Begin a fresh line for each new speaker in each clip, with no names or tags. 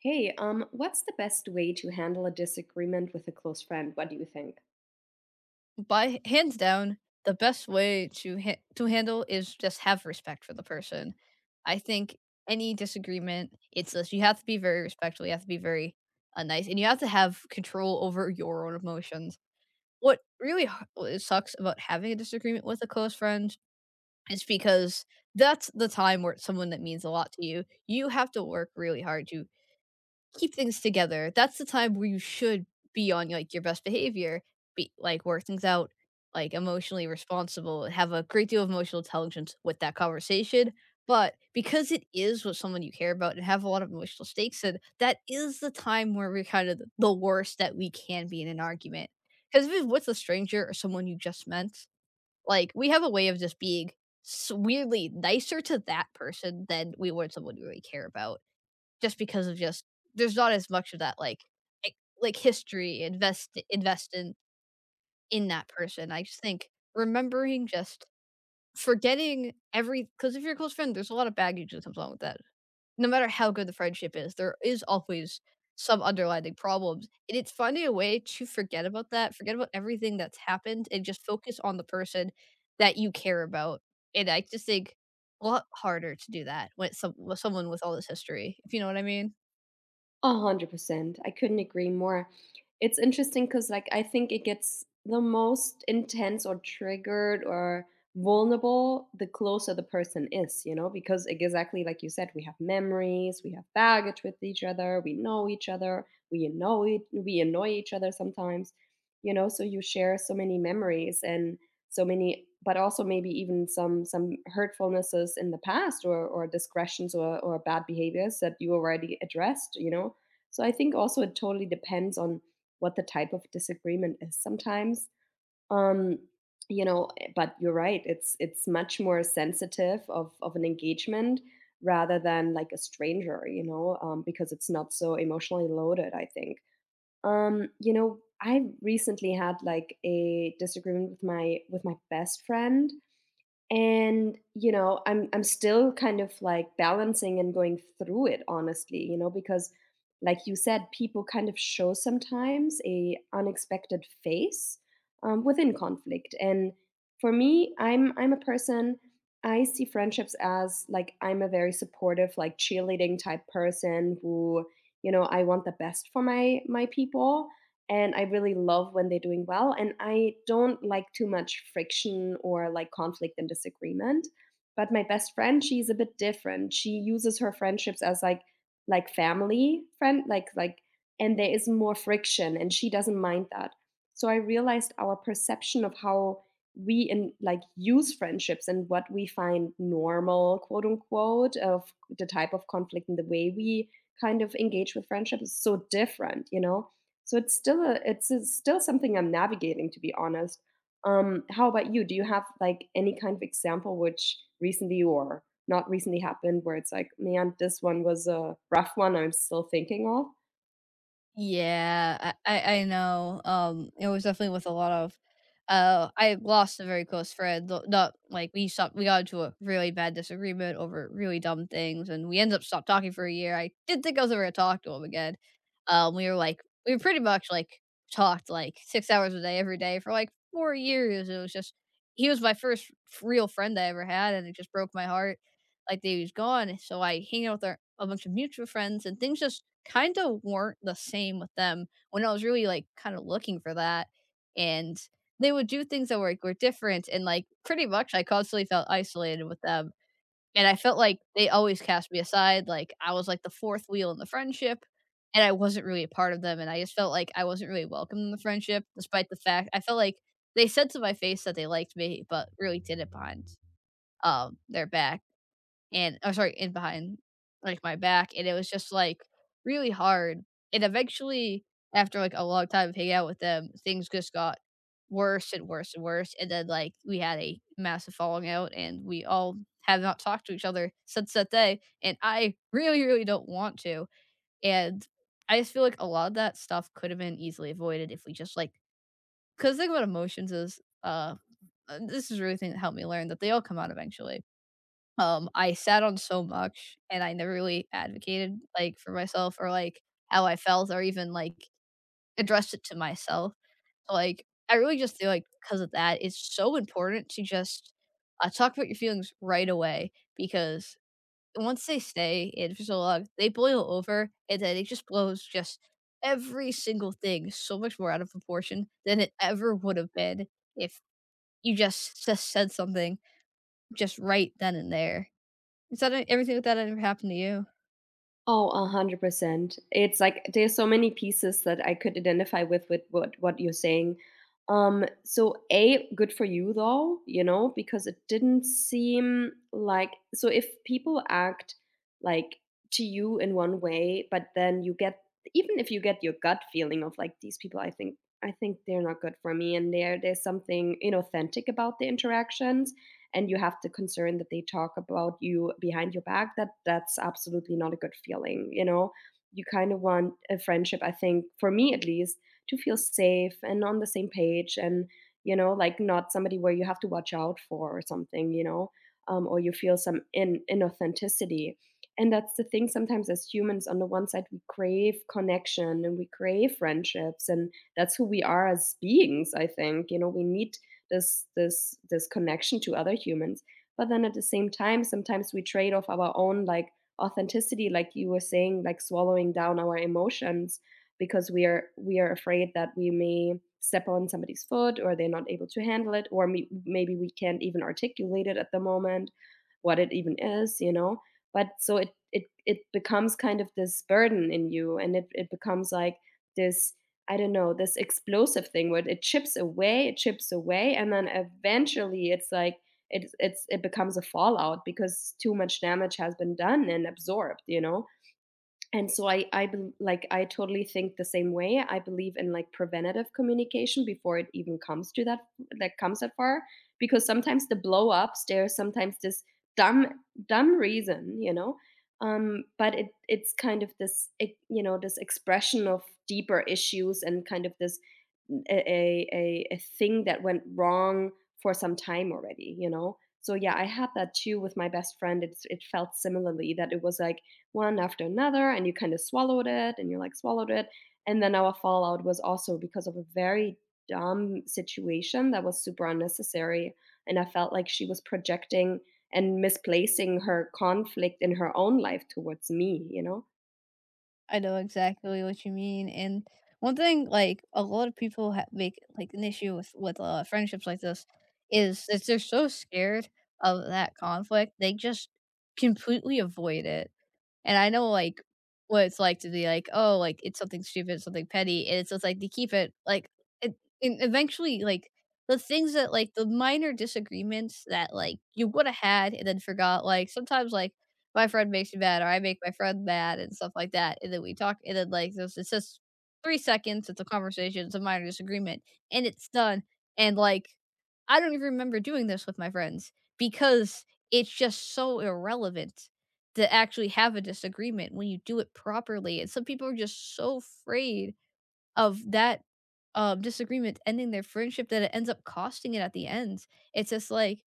Hey, what's the best way to handle a disagreement with a close friend? What do you think?
By hands down, the best way to handle is just have respect for the person. I think any disagreement, it's this you have to be very respectful, you have to be very nice, and you have to have control over your own emotions. What sucks about having a disagreement with a close friend is because that's the time where it's someone that means a lot to you. You have to work really hard to keep things together. That's the time where you should be on, like, your best behavior, be like, work things out, like, emotionally responsible, have a great deal of emotional intelligence with that conversation, but because it is with someone you care about and have a lot of emotional stakes in, that is the time where we're kind of th the worst that we can be in an argument. Because if it's with a stranger or someone you just met, like, we have a way of just being s weirdly nicer to that person than we would someone we really care about just because of just there's not as much of that like, like history invest in that person. I just think remembering just forgetting every because if you're a close friend, there's a lot of baggage that comes along with that. No matter how good the friendship is, there is always some underlying problems, and it's finding a way to forget about that, forget about everything that's happened, and just focus on the person that you care about. And I just think a lot harder to do that with someone with all this history, if you know what I mean.
100%. I couldn't agree more. It's interesting because, like, I think it gets the most intense or triggered or vulnerable the closer the person is, you know, because exactly like you said, we have memories, we have baggage with each other, we know each other, we annoy each other sometimes, you know, so you share so many memories and so many but also maybe even some hurtfulnesses in the past or discretions or bad behaviors that you already addressed, you know. So I think also it totally depends on what the type of disagreement is sometimes. Um, but you're right. It's much more sensitive of an engagement rather than like a stranger, because it's not so emotionally loaded, I think. I recently had like a disagreement with my best friend, and, I'm still kind of like balancing and going through it honestly, because like you said, people kind of show sometimes a unexpected face within conflict. And for me, I'm a person. I see friendships as like I'm a very supportive, like cheerleading type person who, I want the best for my people, and I really love when they're doing well. And I don't like too much friction or like conflict and disagreement. But my best friend, she's a bit different. She uses her friendships as like family friend, like, and there is more friction, and she doesn't mind that. So I realized our perception of how we in like use friendships and what we find normal, quote unquote, of the type of conflict and the way we kind of engage with friendships is so different. So it's still a it's still something I'm navigating, to be honest. How about you? Do you have like any kind of example which recently or not recently happened where it's like, man, this one was a rough one I'm still thinking of?
Yeah, I know, it was definitely with a lot of I lost a very close friend, though not like, we got into a really bad disagreement over really dumb things, and we ended up stopped talking for a year. I didn't think I was ever gonna talk to him again. We were, like we were pretty much, like, talked, like, 6 hours a day every day for, like, 4 years. It was just he was my first f real friend I ever had, and it just broke my heart, like, that he was gone, so I hang out with our a bunch of mutual friends, and things just kind of weren't the same with them when I was really, like, kind of looking for that, and they would do things that were, like, were different, and, like, pretty much I constantly felt isolated with them, and I felt like they always cast me aside, like, I was, like, the 4th wheel in the friendship, and I wasn't really a part of them, and I just felt like I wasn't really welcome in the friendship despite the fact I felt like they said to my face that they liked me, but really did it behind, their back, and oh, sorry, in behind, like, my back, and it was just, like, really hard, and eventually, after, like, a long time of hanging out with them, things just got worse and worse and worse, and then, like, we had a massive falling out, and we all have not talked to each other since that day, and I really, really don't want to, and I just feel like a lot of that stuff could have been easily avoided if we just, like. Because the thing about emotions is, this is really the thing that helped me learn that they all come out eventually. I sat on so much, and I never really advocated, like, for myself or, like, how I felt or even, like, addressed it to myself. So, like, I really just feel like because of that, it's so important to just, talk about your feelings right away because once they stay in for so long, they boil over, and then it just blows just every single thing so much more out of proportion than it ever would have been if you just said something just right then and there. So that everything like that ever happened to you.
Oh, 100%. It's like there's so many pieces that I could identify with what you're saying. So A, good for you though, because it didn't seem like so if people act like to you in one way, but then you get even if you get your gut feeling of like these people I think they're not good for me, and there's something inauthentic about the interactions, and you have the concern that they talk about you behind your back, that that's absolutely not a good feeling. You kind of want a friendship, I think, for me at least, to feel safe and on the same page, and like not somebody where you have to watch out for or something. Or you feel some in inauthenticity, and that's the thing. Sometimes, as humans, on the one side, we crave connection and we crave friendships, and that's who we are as beings, I think. We need this connection to other humans, but then at the same time, sometimes we trade off our own like authenticity, like you were saying, like swallowing down our emotions, because we are afraid that we may step on somebody's foot, or they're not able to handle it, or me, maybe we can't even articulate it at the moment what it even is. But so it becomes kind of this burden in you, and it becomes like this, I don't know, this explosive thing where it chips away, and then eventually it's like it becomes a fallout because too much damage has been done and absorbed, you know? And so like I totally think the same way. I believe in like preventative communication before it even comes to that, that comes that far. Because sometimes the blow ups, there's sometimes this dumb dumb reason. But it's kind of this e- you know this expression of deeper issues and kind of this a thing that went wrong for some time already. So yeah, I had that too with my best friend. It felt similarly that it was like one after another, and you kind of swallowed it, and you like swallowed it. And then our fallout was also because of a very dumb situation that was super unnecessary. And I felt like she was projecting and misplacing her conflict in her own life towards me, you know?
I know exactly what you mean. And one thing, like a lot of people make like an issue with friendships like this, is that they're so scared of that conflict they just completely avoid it. And I know, like, what it's like to be like, "Oh, like, it's something stupid, something petty," and it's just like, they keep it, like it and eventually, like, the things that, like the minor disagreements that, like, you woulda had and then forgot, like, sometimes, like, my friend makes me mad or I make my friend mad and stuff like that, and then we talk, and then, like, there's it's just 3 seconds, it's a conversation, it's a minor disagreement, and it's done, and, like, I don't even remember doing this with my friends because it's just so irrelevant to actually have a disagreement when you do it properly, and some people are just so afraid of that, disagreement ending their friendship that it ends up costing it at the end. It's just like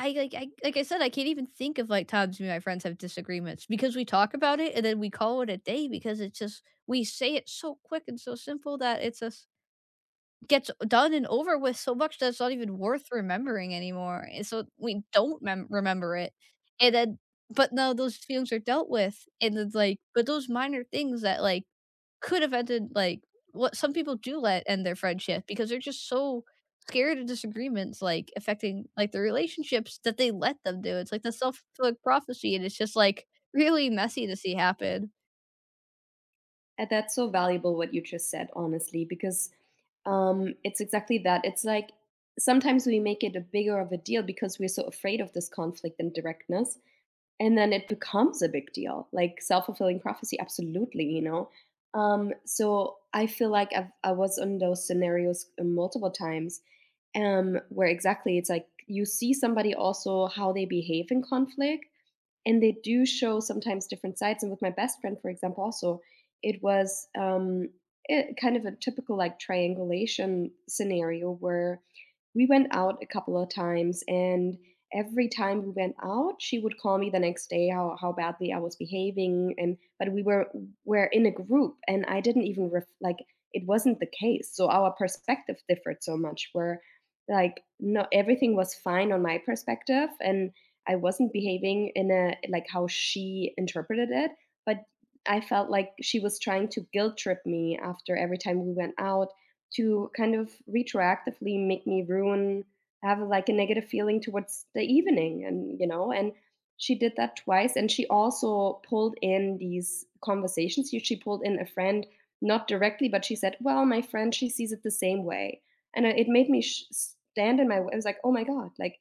I said, I can't even think of, like, times me and my friends have disagreements because we talk about it and then we call it a day because it's just we say it so quick and so simple that it's just gets done and over with so much that it's not even worth remembering anymore, and so we don't mem remember it, and then but now those feelings are dealt with, and it's like but those minor things that, like, could have ended, like what some people do let end their friendship because they're just so scared of disagreements, like, affecting, like, their relationships that they let them do, it's like the self-fulfilling prophecy, and it's just, like, really messy to see happen.
And that's so valuable what you just said, honestly, because it's exactly that. It's like sometimes we make it a bigger of a deal because we're so afraid of this conflict and directness, and then it becomes a big deal, like self-fulfilling prophecy, absolutely. So I feel like I was in those scenarios multiple times, where exactly it's like you see somebody also how they behave in conflict, and they do show sometimes different sides. And with my best friend, for example, also, it was kind of a typical like triangulation scenario where we went out a couple of times, and every time we went out, she would call me the next day how badly I was behaving, and but we were in a group, and I didn't even like it wasn't the case. So our perspective differed so much. Where, like, no, everything was fine on my perspective, and I wasn't behaving in a like how she interpreted it, but I felt like she was trying to guilt trip me after every time we went out to kind of retroactively make me ruin have like a negative feeling towards the evening, and and she did that twice. And she also pulled in these conversations, she pulled in a friend, not directly, but she said, well, my friend, she sees it the same way. And it made me stand in my way. I was like, oh my god, like,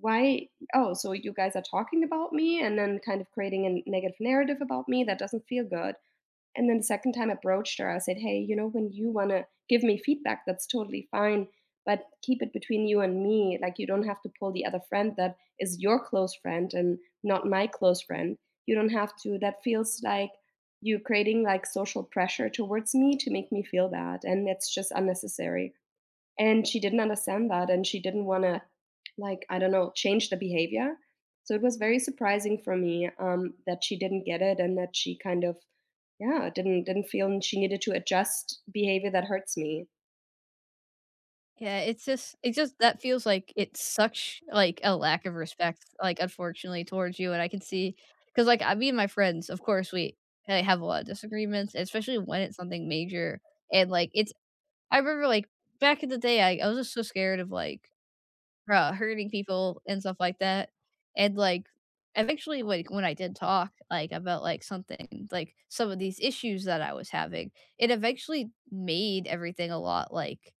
why, oh, so you guys are talking about me and then kind of creating a negative narrative about me that doesn't feel good. And then the second time I approached her, I said, "Hey, when you wanna give me feedback, that's totally fine, but keep it between you and me. Like, you don't have to pull the other friend that is your close friend and not my close friend. You don't have to, that feels like you creating, like, social pressure towards me to make me feel bad, and it's just unnecessary." And she didn't understand that, and she didn't want to, like, I don't know, change the behavior. So it was very surprising for me, that she didn't get it, and that she kind of, yeah, didn't feel she needed to adjust behavior that hurts me.
Yeah, it's just that feels like it's such, like, a lack of respect, like, unfortunately, towards you, and I can see because like, I me and my friends, of course, we, have a lot of disagreements, especially when it's something major, and, like, it's I remember, like, back in the day, I was just so scared of, like, hurting people and stuff like that, and, like, eventually, like, when I did talk, like, about, like, something like, some of these issues that I was having, it eventually made everything a lot, like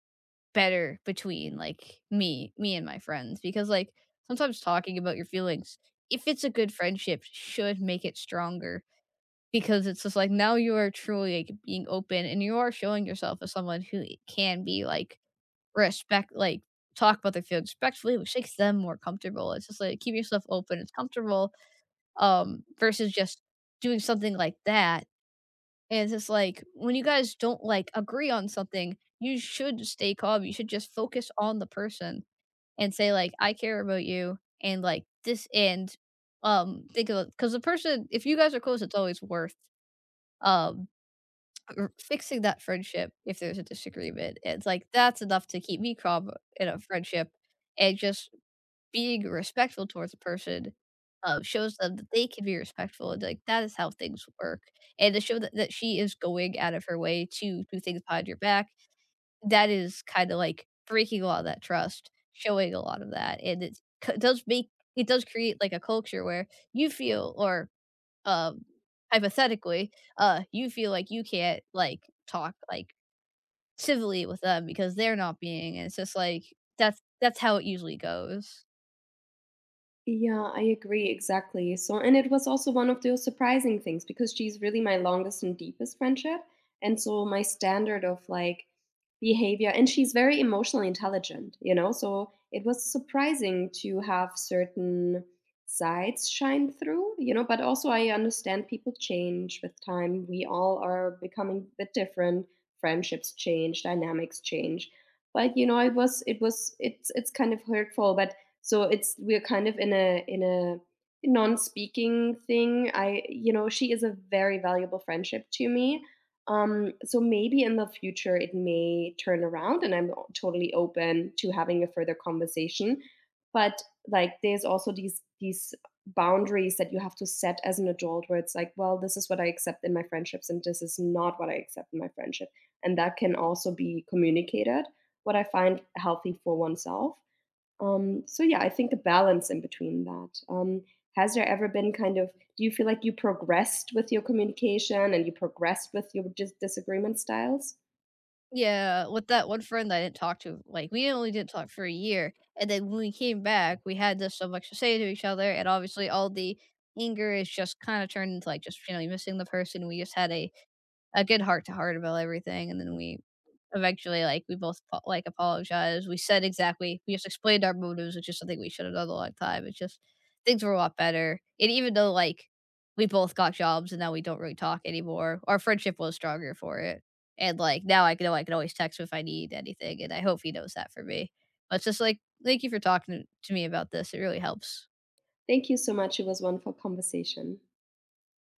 better between like me me and my friends because like sometimes talking about your feelings if it's a good friendship should make it stronger because it's just like now you are truly like being open and you are showing yourself as someone who can be like respect like talk about their feelings respectfully which makes them more comfortable it's just like keep yourself open it's comfortable versus just doing something like that and it's just like, when you guys don't, like, agree on something, you should stay calm, you should just focus on the person and say, like, "I care about you," and, like, this and, think of because the person if you guys are close, it's always worth, um, r fixing that friendship if there's a disagreement, it's like, that's enough to keep me calm in a friendship and just being respectful towards a person, shows them that they can be respectful, and, like, that is how things work, and to show that that she is going out of her way to do things behind your back, that is kinda, like, breaking a lot of that trust, showing a lot of that, and it c does make it does create, like, a culture where you feel or, um, hypothetically, you feel like you can't, like, talk, like, civilly with them because they're not being and it's just like, that's how it usually goes.
Yeah, I agree exactly. So, and it was also one of those surprising things because she's really my longest and deepest friendship. And so, my standard of like behavior, and she's very emotionally intelligent, you know? So, it was surprising to have certain sides shine through, you know? But also, I understand people change with time. We all are becoming a bit different. Friendships change, dynamics change. But, it's kind of hurtful. But so it's we're kind of in a non-speaking thing. I you know She is a very valuable friendship to me. So maybe in the future it may turn around, and I'm totally open to having a further conversation. But like there's also these boundaries that you have to set as an adult, where it's like, well, this is what I accept in my friendships, and this is not what I accept in my friendship. And that can also be communicated, what I find healthy for oneself. So yeah, I think a balance in between that. Has there ever been kind of, do you feel like you progressed with your communication and you progressed with your disagreement styles?
Yeah, with that one friend I didn't talk to, like, we only didn't talk for a year, and then when we came back, we had just so much to say to each other, and obviously all the anger is just kinda turned into, like, just, you know, missing the person, we just had a good heart to heart about everything, and then we eventually, like, we both apologized. We said exactly we just explained our motives, which is something we should have done a long time. It's just things were a lot better, and even though, like, we both got jobs and now we don't really talk anymore, our friendship was stronger for it, and, like, now I know I can always text him if I need anything, and I hope he knows that for me. But it's just like, "Thank you for talking to me about this. It really helps."
Thank you so much. It was a wonderful conversation.